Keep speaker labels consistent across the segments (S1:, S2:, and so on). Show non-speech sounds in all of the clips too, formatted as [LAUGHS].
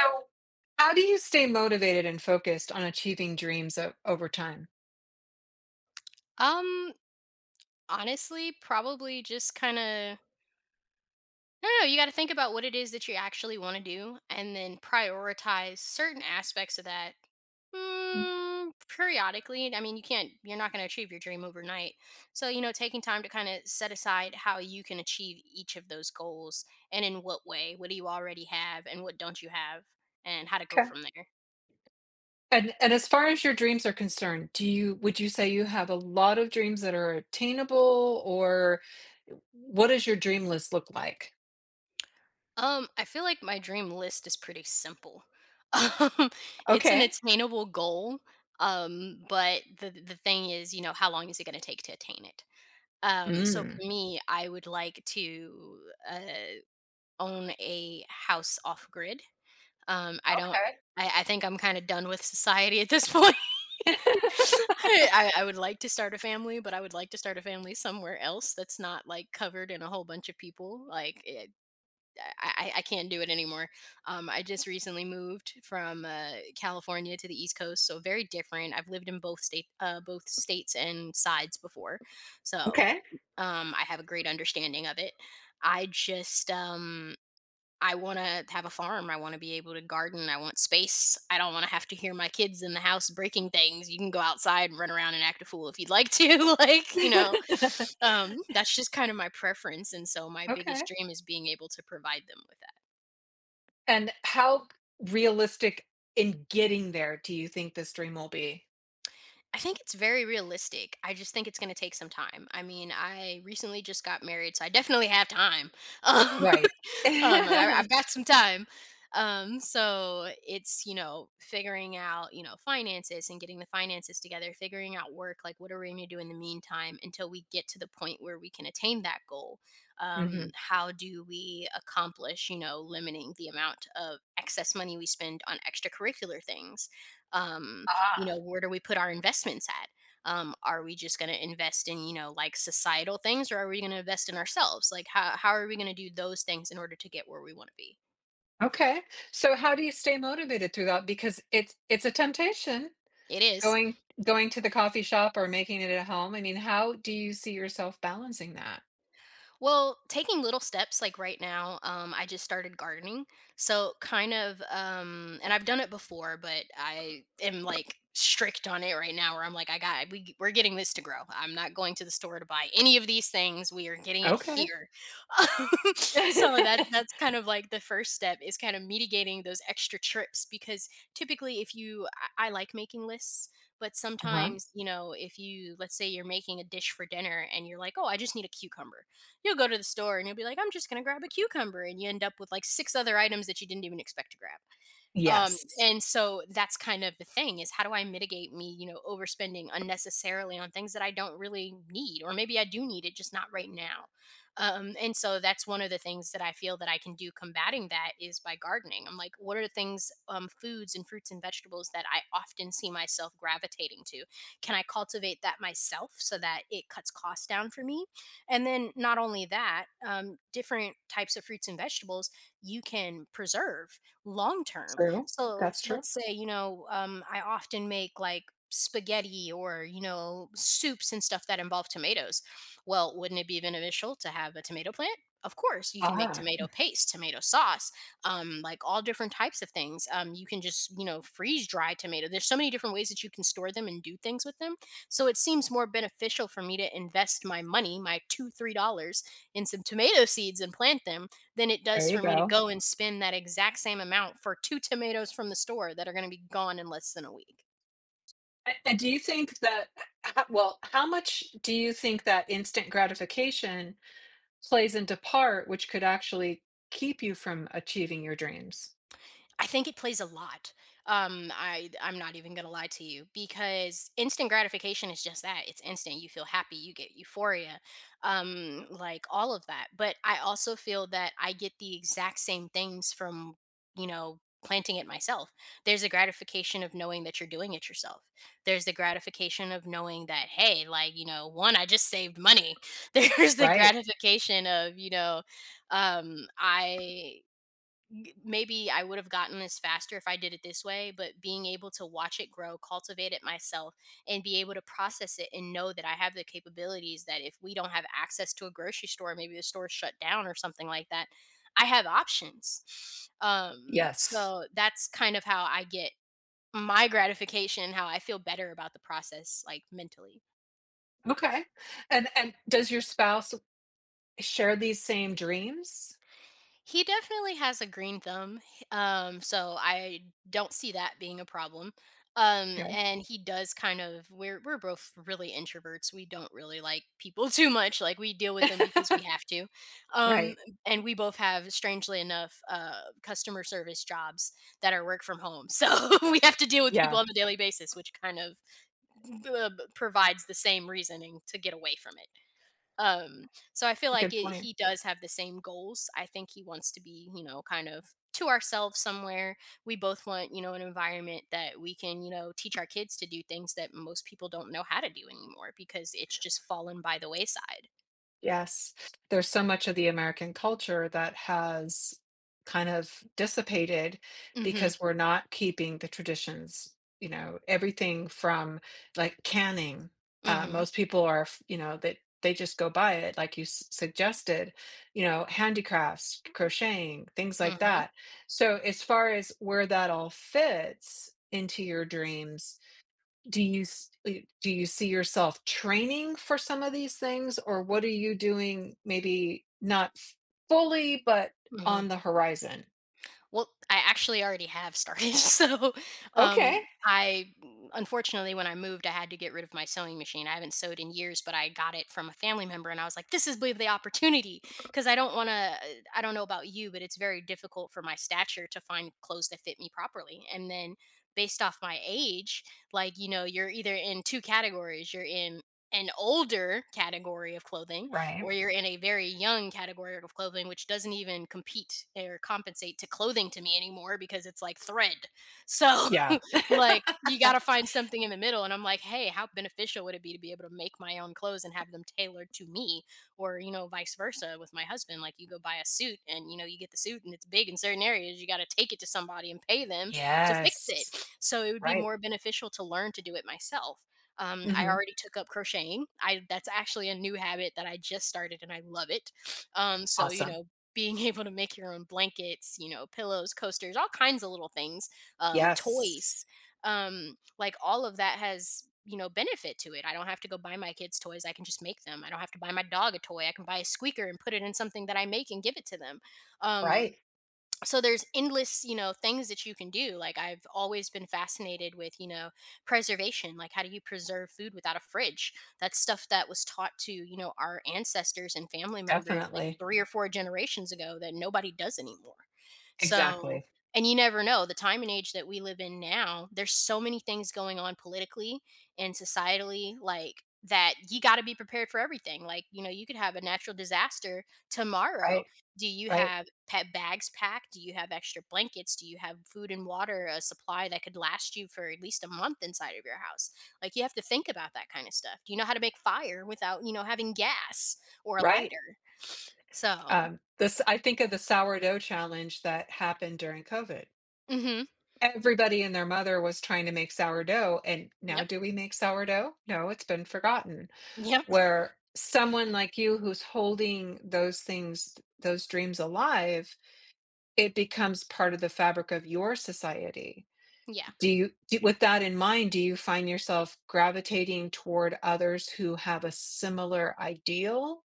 S1: So, how do you stay motivated and focused on achieving over time?
S2: Um, Honestly, probably just kind of. No, no, you got to think about what it is that you actually want to do and then prioritize certain aspects of that mm, periodically. I mean, you can't, you're not going to achieve your dream overnight. So, you know, taking time to kind of set aside how you can achieve each of those goals and in what way. What do you already have and what don't you have and how to go
S1: Okay.
S2: from there.
S1: And as far as your dreams are concerned, do you would you say you have a lot of dreams that are attainable, or what does your dream list look like?
S2: I feel like my dream list is pretty simple. [LAUGHS] Um, it's an
S1: Okay.
S2: attainable goal, but the thing is, you know, how long is it going to take to attain it? So
S1: Mm.
S2: for me, I would like to uh, own a house off grid. I don't.
S1: Okay.
S2: I think I'm kind of done with society at this point. [LAUGHS] I would like to start a family, but I would like to start a family somewhere else that's not like covered in a whole bunch of people. I can't do it anymore. I just recently moved from California to the East Coast, so very different. I've lived in both states and sides before,
S1: [LAUGHS]
S2: so
S1: okay.
S2: I have a great understanding of it. I just I want to have a farm. I want to be able to garden. I want space. I don't want to have to hear my kids in the house breaking things. You can go outside and run around and act a fool if you'd like to. [LAUGHS]
S1: [LAUGHS]
S2: That's just kind of my preference. And so my
S1: okay.
S2: biggest dream is being able to provide them with that.
S1: And how realistic in getting there do you think this dream will be?
S2: I think it's very realistic. I just think it's going to take some time. I mean, I recently just got married, so I definitely have time. [LAUGHS]
S1: Right.
S2: I've
S1: [LAUGHS]
S2: got some time. So it's figuring out, you know, finances and getting the finances together, figuring out work, like what are we going to do in the meantime until we get to the point where we can attain that goal?
S1: Hmm.
S2: How do we accomplish, you know, limiting the amount of excess money we spend on extracurricular things? Um, you know,
S1: Ah.
S2: where do we put our investments at? Are we just going to invest in, you know, like societal things, or are we going to invest in ourselves? Like, how are we going to do those things in order to get where we want to be?
S1: Okay. So how do you stay motivated through that? Because it's a temptation
S2: It is.
S1: going going to the coffee shop or making it at home. I mean, how do you see yourself balancing that?
S2: Well, taking little steps like right now, I just started gardening. And I've done it before, but I am like strict on it right now where I'm like I got we're getting this to grow. I'm not going to the store to buy any of these things. We are getting it
S1: Okay.
S2: here. [LAUGHS] So that's
S1: [LAUGHS]
S2: kind of like the first step is kind of mitigating those extra trips because typically if you I like making lists, but
S1: Uh-huh.
S2: sometimes, you know, if you, let's say you're making a dish for dinner and you're like, oh, I just need a cucumber. You'll go to the store and you'll be like, I'm just going to grab a cucumber. And you end up with like six other items that you didn't even expect to grab.
S1: Yes.
S2: And so that's kind of the thing is how do I mitigate me, you know, overspending unnecessarily on things that I don't really need, or maybe I do need it, just not right now. And so that's one of the things that I feel that I can do combating that is by gardening. I'm like, what are the things, foods and fruits and vegetables that I often see myself gravitating to? Can I cultivate that myself so that it cuts costs down for me? And then not only that, different types of fruits and vegetables you can preserve long term.
S1: True.
S2: So
S1: That's true.
S2: let's say, you know, I often make like spaghetti or, you know, soups and stuff that involve tomatoes. Well, wouldn't it be beneficial to have a tomato plant? Of course, you can make
S1: Ah,
S2: tomato paste, tomato sauce, like all different types of things. You can just, you know, freeze dry tomato. There's so many different ways that you can store them and do things with them. So it seems more beneficial for me to invest my money, my two, $3, in some tomato seeds and plant them than it
S1: there
S2: does
S1: you
S2: for me to
S1: go.
S2: go and spend that exact same amount for 2 tomatoes from the store that are going to be gone in less than a week.
S1: And do you think that, well, how much do you think that instant gratification plays into part, which could actually keep you from achieving your dreams?
S2: I think it plays a lot. I'm not even gonna lie to you because instant gratification is just that. It's instant. You feel happy. You get euphoria, like all of that. But I also feel that I get the exact same things from, you know, planting it myself. There's the gratification of knowing that you're doing it yourself. There's the gratification of knowing that, hey, like, you know, one, I just saved money. [LAUGHS] There's the
S1: Right.
S2: gratification of, you know, um, I maybe I would have gotten this faster if I did it this way, but being able to watch it grow, cultivate it myself, and be able to process it and know that I have the capabilities that if we don't have access to a grocery store, maybe the store's shut down or something like that, I have options.
S1: Yes.
S2: So that's kind of how I get my gratification, how I feel better about the process, like mentally.
S1: Okay. And does your spouse share these same dreams?
S2: He definitely has a green thumb, h so I don't see that being a problem,
S1: Okay.
S2: and he does kind of we're both really introverts, we don't really like people [LAUGHS] too much, like, we deal with them because we
S1: [LAUGHS]
S2: have to, um,
S1: Right.
S2: and we both have, strangely enough, customer service jobs that are work from home, so [LAUGHS] we have to deal with people
S1: Yeah,
S2: on a daily basis, which kind of b provides the same reasoning to get away from it. So I feel
S1: it's a
S2: like
S1: good
S2: it,
S1: point.
S2: he does have the same goals. I think he wants to be, you know, kind of to ourselves somewhere. We both want, you know, an environment that we can, you know, teach our kids to do things that most people don't know how to do anymore because it's just fallen by the wayside.
S1: Yes. There's so much of the American culture that has kind of dissipated
S2: Mhm.
S1: because we're not keeping the traditions, you know, everything from like canning.
S2: Mhm.
S1: Most people are, you know, that they just go by it, like you suggested, you know, handicrafts, crocheting, things like
S2: Mhm.
S1: that. So, as far as where that all fits into your dreams, do you s- uh, do you see yourself training for some of these things, or what are you doing, maybe not fully, but
S2: Mhm.
S1: on the horizon?
S2: Well, I actually already have started. [LAUGHS] So, um,
S1: Okay.
S2: I unfortunately, when I moved, I had to get rid of my sewing machine. I haven't sewed in years, but I got it from a family member, and I was like, "This is the opportunity," because I don't want to. I don't know about you, but it's very difficult for my stature to find clothes that fit me properly. And then, based off my age, like, you know, you're either in two categories. You're in an older category of clothing,
S1: Right.
S2: or you're in a very young category of clothing, which doesn't even compete or compensate to clothing to me anymore because it's like thread. So
S1: Yeah.
S2: [LAUGHS] like, you gotta
S1: [LAUGHS]
S2: find something in the middle, and I'm like, "Hey, how beneficial would it be to be able to make my own clothes and have them tailored to me?" Or, you know, vice versa with my husband, like, you go buy a suit and, you know, you get the suit and it's big in certain areas, you gotta take it to somebody and pay them to fix it.
S1: Yes.
S2: So, it would be
S1: Right.
S2: more beneficial to learn to do it myself. I
S1: Hmm.
S2: already took up crocheting. I That's actually a new habit that I just started, and I love it. Um, so, you
S1: Awesome.
S2: know, being [LAUGHS] able to make your own blankets, you know, pillows, coasters, all kinds of little things,
S1: Yes.
S2: toys. Like, all of that has, you know, benefit to it. I don't have to go buy my kids toys, I can just make them. I don't have to buy my dog a toy, I can buy a squeaker and put it in something that I make and give it to them. um
S1: Right.
S2: so there's endless, you know, things that you can do. Like, I've always been fascinated with, you know, preservation. Like, how do you preserve food without a fridge? That's stuff that was taught to, you know, our ancestors and family members like
S1: Definitely.
S2: three or four generations ago that nobody does anymore. So,
S1: Exactly.
S2: and you never know, the time and age that we live in now, there's so many things going on politically and societally like that. You got to be prepared for everything. Like, you know, you could have a natural disaster tomorrow.
S1: Right.
S2: Do you
S1: Right.
S2: have pet bags packed? Do you have extra blankets? Do you have food and water, a supply that could last you for at least a month inside of your house? Like, you have to think about that kind of stuff. Do you know how to make fire without, you know, having gas or a
S1: Right.
S2: lighter? So,
S1: This, I think of the sourdough challenge that happened during COVID.
S2: mhm.
S1: Everybody and their mother was trying to make sourdough. And now,
S2: Yep.
S1: do we make sourdough? No, it's been forgotten.
S2: [LAUGHS] Yep.
S1: Where someone like you, who's holding those things, those dreams alive, it becomes part of the fabric of your society.
S2: Yeah.
S1: With that in mind, do you find yourself gravitating toward others who have a similar ideal?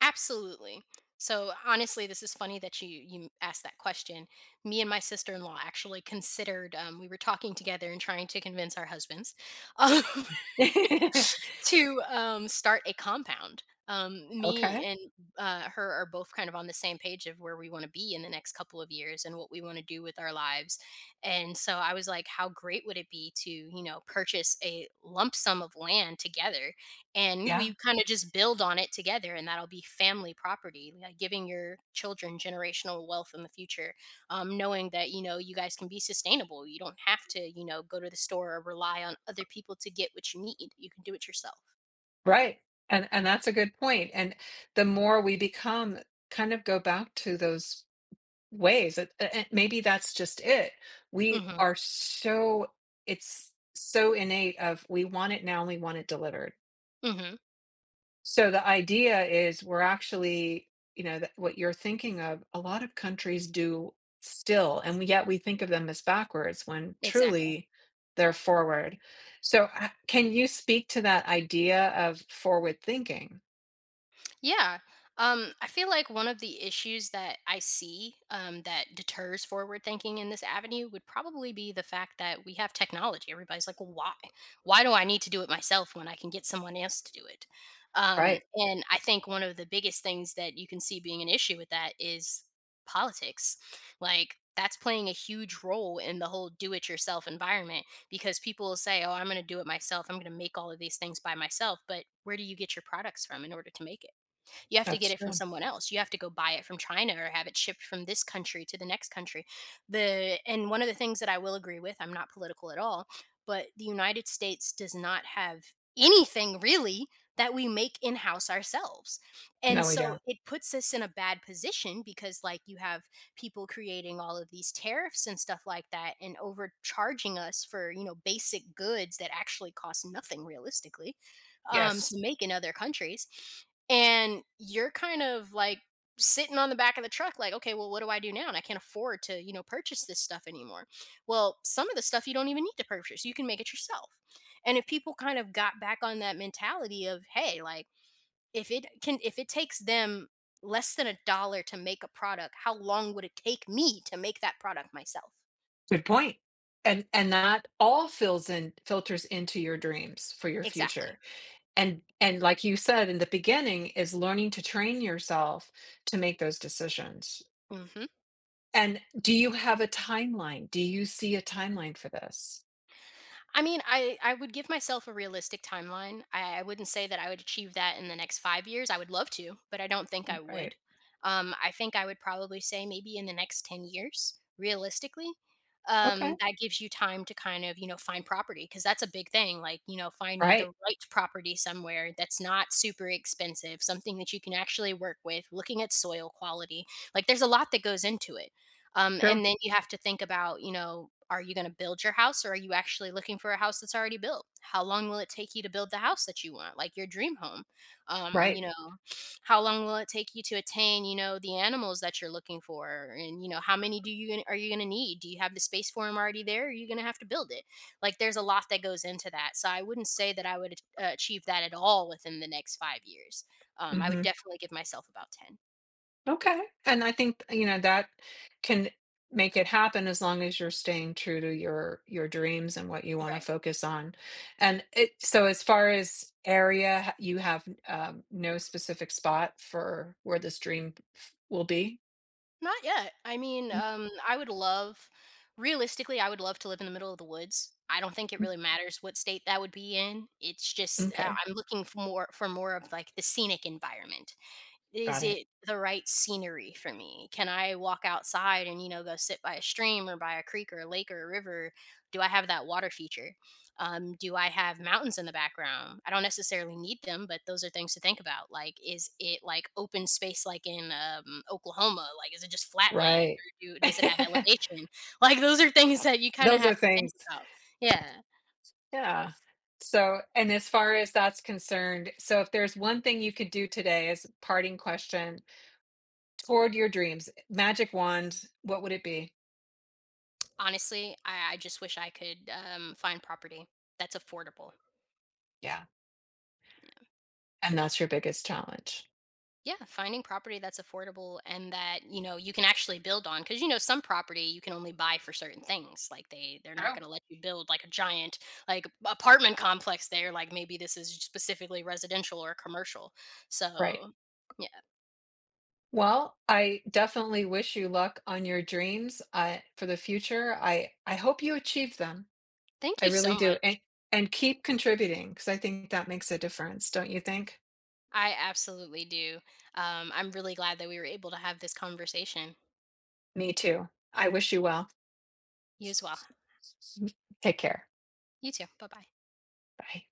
S2: Absolutely. So, honestly, this is funny that you asked that question. Me and my sister-in-law actually considered, we were talking together and trying to convince our husbands. Um, [LAUGHS]
S1: [LAUGHS]
S2: to start a compound. Me
S1: Okay.
S2: and her are both kind of on the same page of where we want to be in the next couple of years and what we want to do with our lives. And so I was like, how great would it be to, you know, purchase a lump sum of land together, and
S1: Yeah.
S2: we kind of just build on it together, and that'll be family property, like giving your children generational wealth in the future. Knowing that, you know, you guys can be sustainable, you don't have to, you know, go to the store or rely on other people to get what you need, you can do it yourself.
S1: Right. And that's a good point. And the more we become, kind of go back to those ways. And maybe that's just it. We
S2: Hmm.
S1: are so, it's so innate of, we want it now and we want it delivered.
S2: Hmm.
S1: So the idea is we're actually, you know, that what you're thinking of, a lot of countries do still, and yet we think of them as backwards, when
S2: Exactly.
S1: truly they're forward. So can you speak to that idea of forward thinking?
S2: Yeah. I feel like one of the issues that I see, that deters forward thinking in this avenue would probably be the fact that we have technology. Everybody's like, well, why? Why do I need to do it myself when I can get someone else to do it?
S1: Right.
S2: And I think one of the biggest things that you can see being an issue with that is politics. Like, that's playing a huge role in the whole do it yourself environment because people will say, oh, I'm going to do it myself. I'm going to make all of these things by myself. But where do you get your products from in order to make it? You have to get
S1: That's
S2: it from
S1: true.
S2: someone else. You have to go buy it from China or have it shipped from this country to the next country. The and One of the things that I will agree with, I'm not political at all, but the United States does not have anything really that we make in-house ourselves. And
S1: No, we
S2: so
S1: don't.
S2: it puts us in a bad position because like you have people creating all of these tariffs and stuff like that and overcharging us for, you know, basic goods that actually cost nothing realistically,
S1: Yes.
S2: to make in other countries. And you're kind of like sitting on the back of the truck like, okay, well, what do I do now, and I can't afford to, you know, purchase this stuff anymore. Well, some of the stuff you don't even need to purchase, you can make it yourself. And if people kind of got back on that mentality of, hey, like, if it takes them less than a dollar to make a product, how long would it take me to make that product myself?
S1: Good point. And that all fills in filters into your dreams for your
S2: Exactly.
S1: future. And like you said in the beginning, is learning to train yourself to make those decisions.
S2: Hmm.
S1: And do you have a timeline? Do you see a timeline for this?
S2: I mean, I would give myself a realistic timeline. I wouldn't say that I would achieve that in the next 5 years. I would love to, but I don't think I would.
S1: Right.
S2: I think I would probably say maybe in the next 10 years, realistically.
S1: Okay.
S2: That gives you time to kind of, you know, find property because that's a big thing. Like, you know, finding the
S1: Right.
S2: right property somewhere that's not super expensive, something that you can actually work with. Looking at soil quality, like there's a lot that goes into it.
S1: True.
S2: And then you have to think about, you know, are you going to build your house or are you actually looking for a house that's already built? How long will it take you to build the house that you want, like your dream home?
S1: Right.
S2: You know, how long will it take you to attain, you know, the animals that you're looking for? And, you know, how many do you gonna, are you going to need? Do you have the space for them already there? Or are you going to have to build it? Like, there's a lot that goes into that. So I wouldn't say that I would achieve that at all within the next 5 years. I would
S1: Mhm.
S2: definitely give myself about 10.
S1: Okay. And I think, you know, that can make it happen, as long as you're staying true to your dreams and what you want to
S2: Right.
S1: focus on. And it, so as far as area, you have no specific spot for where this dream will be?
S2: Not yet. I mean,
S1: Mm,
S2: I would love, realistically, I would love to live in the middle of the woods. I don't think it
S1: mm,
S2: really matters what state that would be in. It's just
S1: okay.
S2: I'm looking for more, of like the scenic environment. Is
S1: Got it.
S2: it the right scenery for me? Can I walk outside and, you know, go sit by a stream or by a creek or a lake or a river? Do I have that water feature? Do I have mountains in the background? I don't necessarily need them, but those are things to think about. Like, is it like open space like in, Oklahoma? Like, is it just flat land
S1: Right.
S2: does it have elevation?
S1: [LAUGHS]
S2: [LAUGHS] Like, those are things that you kind of
S1: Those
S2: have
S1: are
S2: to think
S1: things.
S2: about. Yeah.
S1: Yeah. So, and as far as that's concerned, so if there's one thing you could do today, as a parting question, toward your dreams, magic wand, what would it be?
S2: Honestly, I just wish I could, find property that's affordable.
S1: Yeah, and that's your biggest challenge.
S2: Yeah, finding property that's affordable and that, you know, you can actually build on because you know some property you can only buy for certain things. Like, they're not
S1: True.
S2: going to let you build like a giant like apartment complex there. Like, maybe this is specifically residential or commercial.
S1: Right.
S2: So, yeah,
S1: Well, I definitely wish you luck on your dreams, for the future. I hope you achieve them.
S2: thank
S1: I
S2: you so
S1: really do,
S2: much.
S1: and keep contributing, because I think that makes a difference, don't you think?
S2: I absolutely do. I'm really glad that we were able to have this conversation.
S1: Me too. I wish you well.
S2: You as well.
S1: Take care.
S2: You too. Bye-bye.
S1: Bye.